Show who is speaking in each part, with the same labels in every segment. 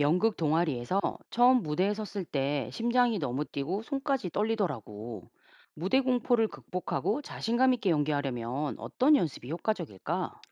Speaker 1: 연극 동아리에서 처음 무대에 섰을 때 심장이 너무 뛰고 손까지 떨리더라고. 무대 공포를 극복하고 자신감 있게 연기하려면 어떤 연습이 효과적일까?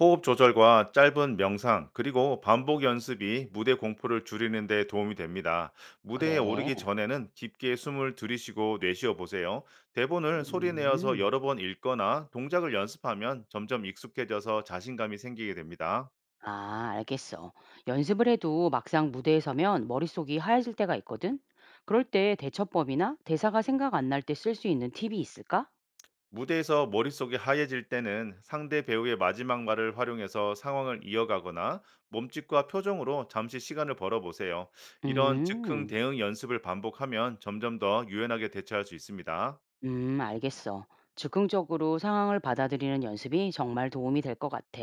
Speaker 2: 호흡 조절과 짧은 명상, 그리고 반복 연습이 무대 공포를 줄이는 데 도움이 됩니다. 무대에 오르기
Speaker 1: 그래.
Speaker 2: 전에는 깊게 숨을 들이쉬고 내쉬어 보세요. 대본을 소리 내어서
Speaker 1: 음.
Speaker 2: 여러 번 읽거나 동작을 연습하면 점점 익숙해져서 자신감이 생기게 됩니다.
Speaker 1: 아, 알겠어. 연습을 해도 막상 무대에 서면 머릿속이 하얘질 때가 있거든? 그럴 때 대처법이나 대사가 생각 안 날 때 쓸 수 있는 팁이 있을까?
Speaker 2: 무대에서 머릿속이 하얘질 때는 상대 배우의 마지막 말을 활용해서 상황을 이어가거나 몸짓과 표정으로 잠시 시간을 벌어보세요. 이런 즉흥
Speaker 1: 음.
Speaker 2: 대응 연습을 반복하면 점점 더 유연하게 대처할 수 있습니다.
Speaker 1: 알겠어. 즉흥적으로 상황을 받아들이는 연습이 정말 도움이 될 것 같아.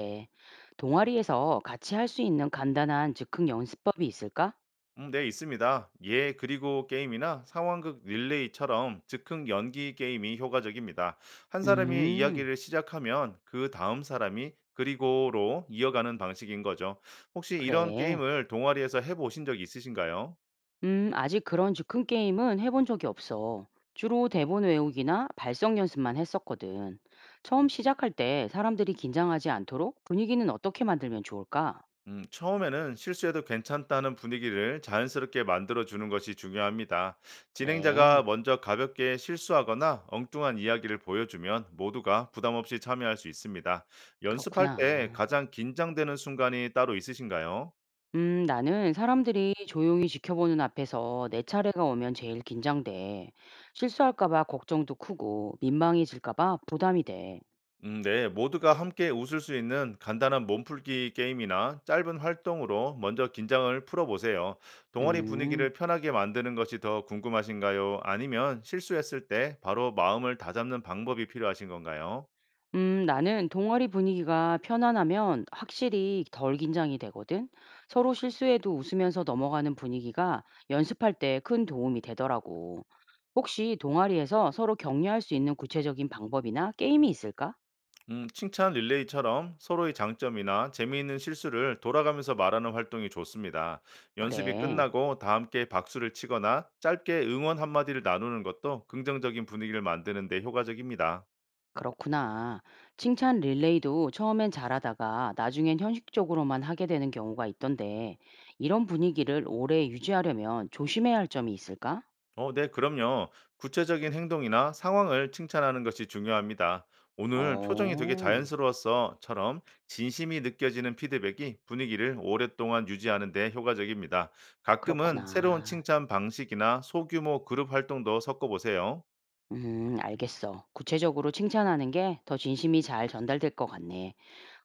Speaker 1: 동아리에서 같이 할 수 있는 간단한 즉흥 연습법이 있을까?
Speaker 2: 네, 있습니다. 예, 그리고 게임이나 상황극 릴레이처럼 즉흥 연기 게임이 효과적입니다. 한 사람이
Speaker 1: 음,
Speaker 2: 이야기를 시작하면 그 다음 사람이 그리고로 이어가는 방식인 거죠. 혹시 이런
Speaker 1: 그래.
Speaker 2: 게임을 동아리에서 해보신 적 있으신가요?
Speaker 1: 아직 그런 즉흥 게임은 해본 적이 없어. 주로 대본 외우기나 발성 연습만 했었거든. 처음 시작할 때 사람들이 긴장하지 않도록 분위기는 어떻게 만들면 좋을까?
Speaker 2: 처음에는 실수해도 괜찮다는 분위기를 자연스럽게 만들어주는 것이 중요합니다.
Speaker 1: 그래,
Speaker 2: 진행자가 먼저 가볍게 실수하거나 엉뚱한 이야기를 보여주면 모두가 부담 없이 참여할 수 있습니다. 연습할 때
Speaker 1: 그렇구나.
Speaker 2: 가장 긴장되는 순간이 따로 있으신가요?
Speaker 1: 나는 사람들이 조용히 지켜보는 앞에서 내 차례가 오면 제일 긴장돼. 실수할까 봐 걱정도 크고 민망해질까 봐 부담이 돼.
Speaker 2: 네, 모두가 함께 웃을 수 있는 간단한 몸풀기 게임이나 짧은 활동으로 먼저 긴장을 풀어보세요. 동아리
Speaker 1: 음,
Speaker 2: 분위기를 편하게 만드는 것이 더 궁금하신가요? 아니면 실수했을 때 바로 마음을 다잡는 방법이 필요하신 건가요?
Speaker 1: 나는 동아리 분위기가 편안하면 확실히 덜 긴장이 되거든. 서로 실수해도 웃으면서 넘어가는 분위기가 연습할 때 큰 도움이 되더라고. 혹시 동아리에서 서로 격려할 수 있는 구체적인 방법이나 게임이 있을까?
Speaker 2: 칭찬 릴레이처럼 서로의 장점이나 재미있는 실수를 돌아가면서 말하는 활동이 좋습니다. 연습이
Speaker 1: 그래.
Speaker 2: 끝나고 다 함께 박수를 치거나 짧게 응원 한마디를 나누는 것도 긍정적인 분위기를 만드는 데 효과적입니다.
Speaker 1: 그렇구나. 칭찬 릴레이도 처음엔 잘하다가 나중엔 형식적으로만 하게 되는 경우가 있던데, 이런 분위기를 오래 유지하려면 조심해야 할 점이 있을까?
Speaker 2: 어, 네, 그럼요. 구체적인 행동이나 상황을 칭찬하는 것이 중요합니다. 오늘 표정이 되게
Speaker 1: 어,
Speaker 2: 자연스러웠어.처럼 진심이 느껴지는 피드백이 분위기를 오랫동안 유지하는 데 효과적입니다. 가끔은 새로운
Speaker 1: 그렇구나.
Speaker 2: 칭찬 방식이나 소규모 그룹 활동도 섞어보세요.
Speaker 1: 알겠어. 구체적으로 칭찬하는 게 더 진심이 잘 전달될 것 같네.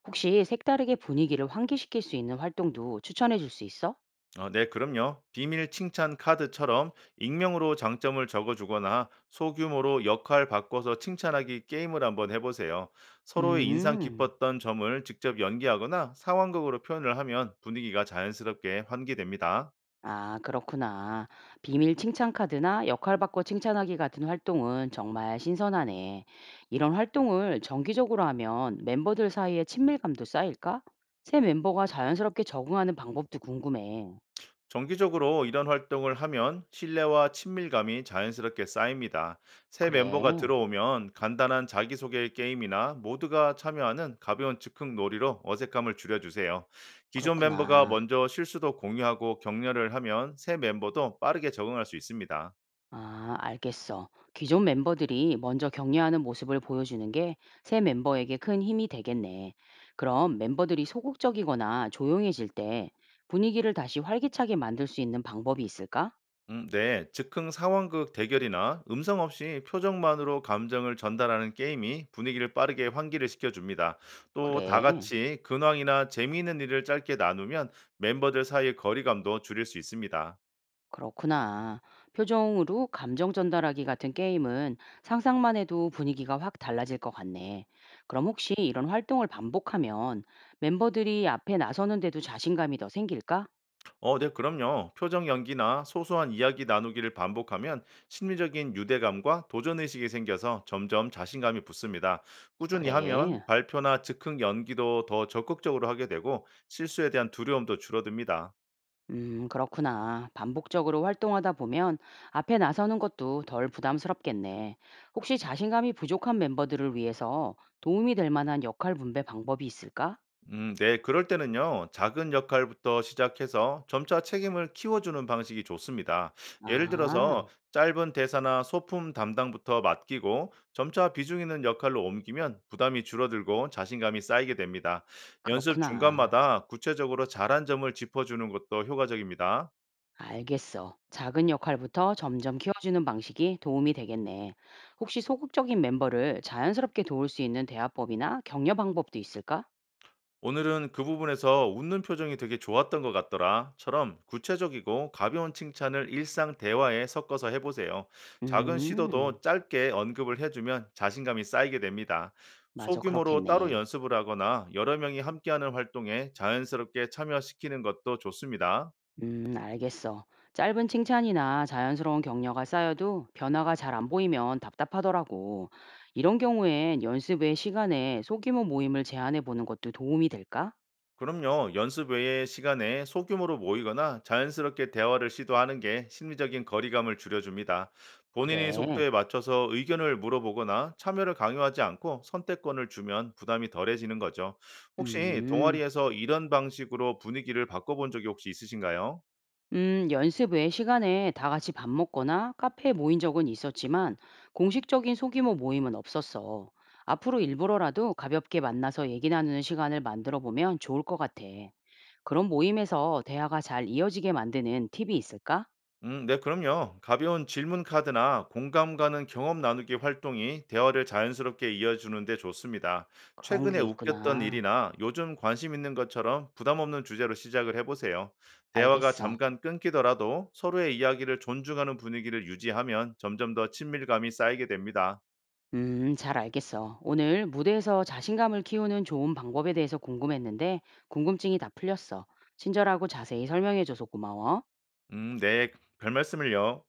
Speaker 1: 혹시 색다르게 분위기를 환기시킬 수 있는 활동도 추천해 줄 수 있어?
Speaker 2: 아, 네, 그럼요. 비밀 칭찬 카드처럼 익명으로 장점을 적어주거나 소규모로 역할 바꿔서 칭찬하기 게임을 한번 해보세요. 서로의 인상
Speaker 1: 음.
Speaker 2: 깊었던 점을 직접 연기하거나 상황극으로 표현을 하면 분위기가 자연스럽게 환기됩니다.
Speaker 1: 아, 그렇구나. 비밀 칭찬 카드나 역할 바꿔 칭찬하기 같은 활동은 정말 신선하네. 이런 활동을 정기적으로 하면 멤버들 사이에 친밀감도 쌓일까? 새 멤버가 자연스럽게 적응하는 방법도 궁금해.
Speaker 2: 정기적으로 이런 활동을 하면 신뢰와 친밀감이 자연스럽게 쌓입니다. 새 멤버가
Speaker 1: 그래,
Speaker 2: 들어오면 간단한 자기소개 게임이나 모두가 참여하는 가벼운 즉흥 놀이로 어색함을 줄여주세요. 기존 멤버가
Speaker 1: 그렇구나.
Speaker 2: 먼저 실수도 공유하고 격려를 하면 새 멤버도 빠르게 적응할 수 있습니다.
Speaker 1: 아, 알겠어. 기존 멤버들이 먼저 격려하는 모습을 보여주는 게 새 멤버에게 큰 힘이 되겠네. 그럼 멤버들이 소극적이거나 조용해질 때 분위기를 다시 활기차게 만들 수 있는 방법이 있을까?
Speaker 2: 네. 즉흥 상황극 대결이나 음성 없이 표정만으로 감정을 전달하는 게임이 분위기를 빠르게 환기를 시켜줍니다. 또 다
Speaker 1: 그래,
Speaker 2: 같이 근황이나 재미있는 일을 짧게 나누면 멤버들 사이의 거리감도 줄일 수 있습니다.
Speaker 1: 그렇구나. 표정으로 감정 전달하기 같은 게임은 상상만 해도 분위기가 확 달라질 것 같네. 그럼 혹시 이런 활동을 반복하면 멤버들이 앞에 나서는데도 자신감이 더 생길까?
Speaker 2: 어, 네, 그럼요. 표정 연기나 소소한 이야기 나누기를 반복하면 심리적인 유대감과 도전의식이 생겨서 점점 자신감이 붙습니다. 꾸준히 하면
Speaker 1: 그래.
Speaker 2: 발표나 즉흥 연기도 더 적극적으로 하게 되고 실수에 대한 두려움도 줄어듭니다.
Speaker 1: 그렇구나. 반복적으로 활동하다 보면 앞에 나서는 것도 덜 부담스럽겠네. 혹시 자신감이 부족한 멤버들을 위해서 도움이 될 만한 역할 분배 방법이 있을까?
Speaker 2: 네, 그럴 때는요, 작은 역할부터 시작해서 점차 책임을 키워주는 방식이 좋습니다. 예를 들어서
Speaker 1: 아,
Speaker 2: 짧은 대사나 소품 담당부터 맡기고 점차 비중 있는 역할로 옮기면 부담이 줄어들고 자신감이 쌓이게 됩니다. 연습
Speaker 1: 그렇구나.
Speaker 2: 중간마다 구체적으로 잘한 점을 짚어주는 것도 효과적입니다.
Speaker 1: 알겠어. 작은 역할부터 점점 키워주는 방식이 도움이 되겠네. 혹시 소극적인 멤버를 자연스럽게 도울 수 있는 대화법이나 격려 방법도 있을까?
Speaker 2: 오늘은 그 부분에서 웃는 표정이 되게 좋았던 것 같더라.처럼 구체적이고 가벼운 칭찬을 일상 대화에 섞어서 해보세요. 작은
Speaker 1: 음,
Speaker 2: 시도도 짧게 언급을 해주면 자신감이 쌓이게 됩니다.
Speaker 1: 맞아.
Speaker 2: 소규모로 따로
Speaker 1: 그렇겠네.
Speaker 2: 연습을 하거나 여러 명이 함께하는 활동에 자연스럽게 참여시키는 것도 좋습니다.
Speaker 1: 알겠어. 짧은 칭찬이나 자연스러운 격려가 쌓여도 변화가 잘 안 보이면 답답하더라고. 이런 경우엔 연습 외 시간에 소규모 모임을 제안해 보는 것도 도움이 될까?
Speaker 2: 그럼요. 연습 외의 시간에 소규모로 모이거나 자연스럽게 대화를 시도하는 게 심리적인 거리감을 줄여줍니다. 본인의
Speaker 1: 그래.
Speaker 2: 속도에 맞춰서 의견을 물어보거나 참여를 강요하지 않고 선택권을 주면 부담이 덜해지는 거죠. 혹시
Speaker 1: 음.
Speaker 2: 동아리에서 이런 방식으로 분위기를 바꿔본 적이 혹시 있으신가요?
Speaker 1: 연습 외 시간에 다 같이 밥 먹거나 카페에 모인 적은 있었지만 공식적인 소규모 모임은 없었어. 앞으로 일부러라도 가볍게 만나서 얘기 나누는 시간을 만들어 보면 좋을 것 같아. 그런 모임에서 대화가 잘 이어지게 만드는 팁이 있을까?
Speaker 2: 네, 그럼요. 가벼운 질문 카드나 공감 가는 경험 나누기 활동이 대화를 자연스럽게 이어주는 데 좋습니다.
Speaker 1: 그런
Speaker 2: 최근에
Speaker 1: 게
Speaker 2: 웃겼던
Speaker 1: 있구나.
Speaker 2: 일이나 요즘 관심 있는 것처럼 부담 없는 주제로 시작을 해보세요. 대화가
Speaker 1: 알겠어.
Speaker 2: 잠깐 끊기더라도 서로의 이야기를 존중하는 분위기를 유지하면 점점 더 친밀감이 쌓이게 됩니다.
Speaker 1: 잘 알겠어. 오늘 무대에서 자신감을 키우는 좋은 방법에 대해서 궁금했는데 궁금증이 다 풀렸어. 친절하고 자세히 설명해줘서 고마워.
Speaker 2: 네, 별 말씀을요.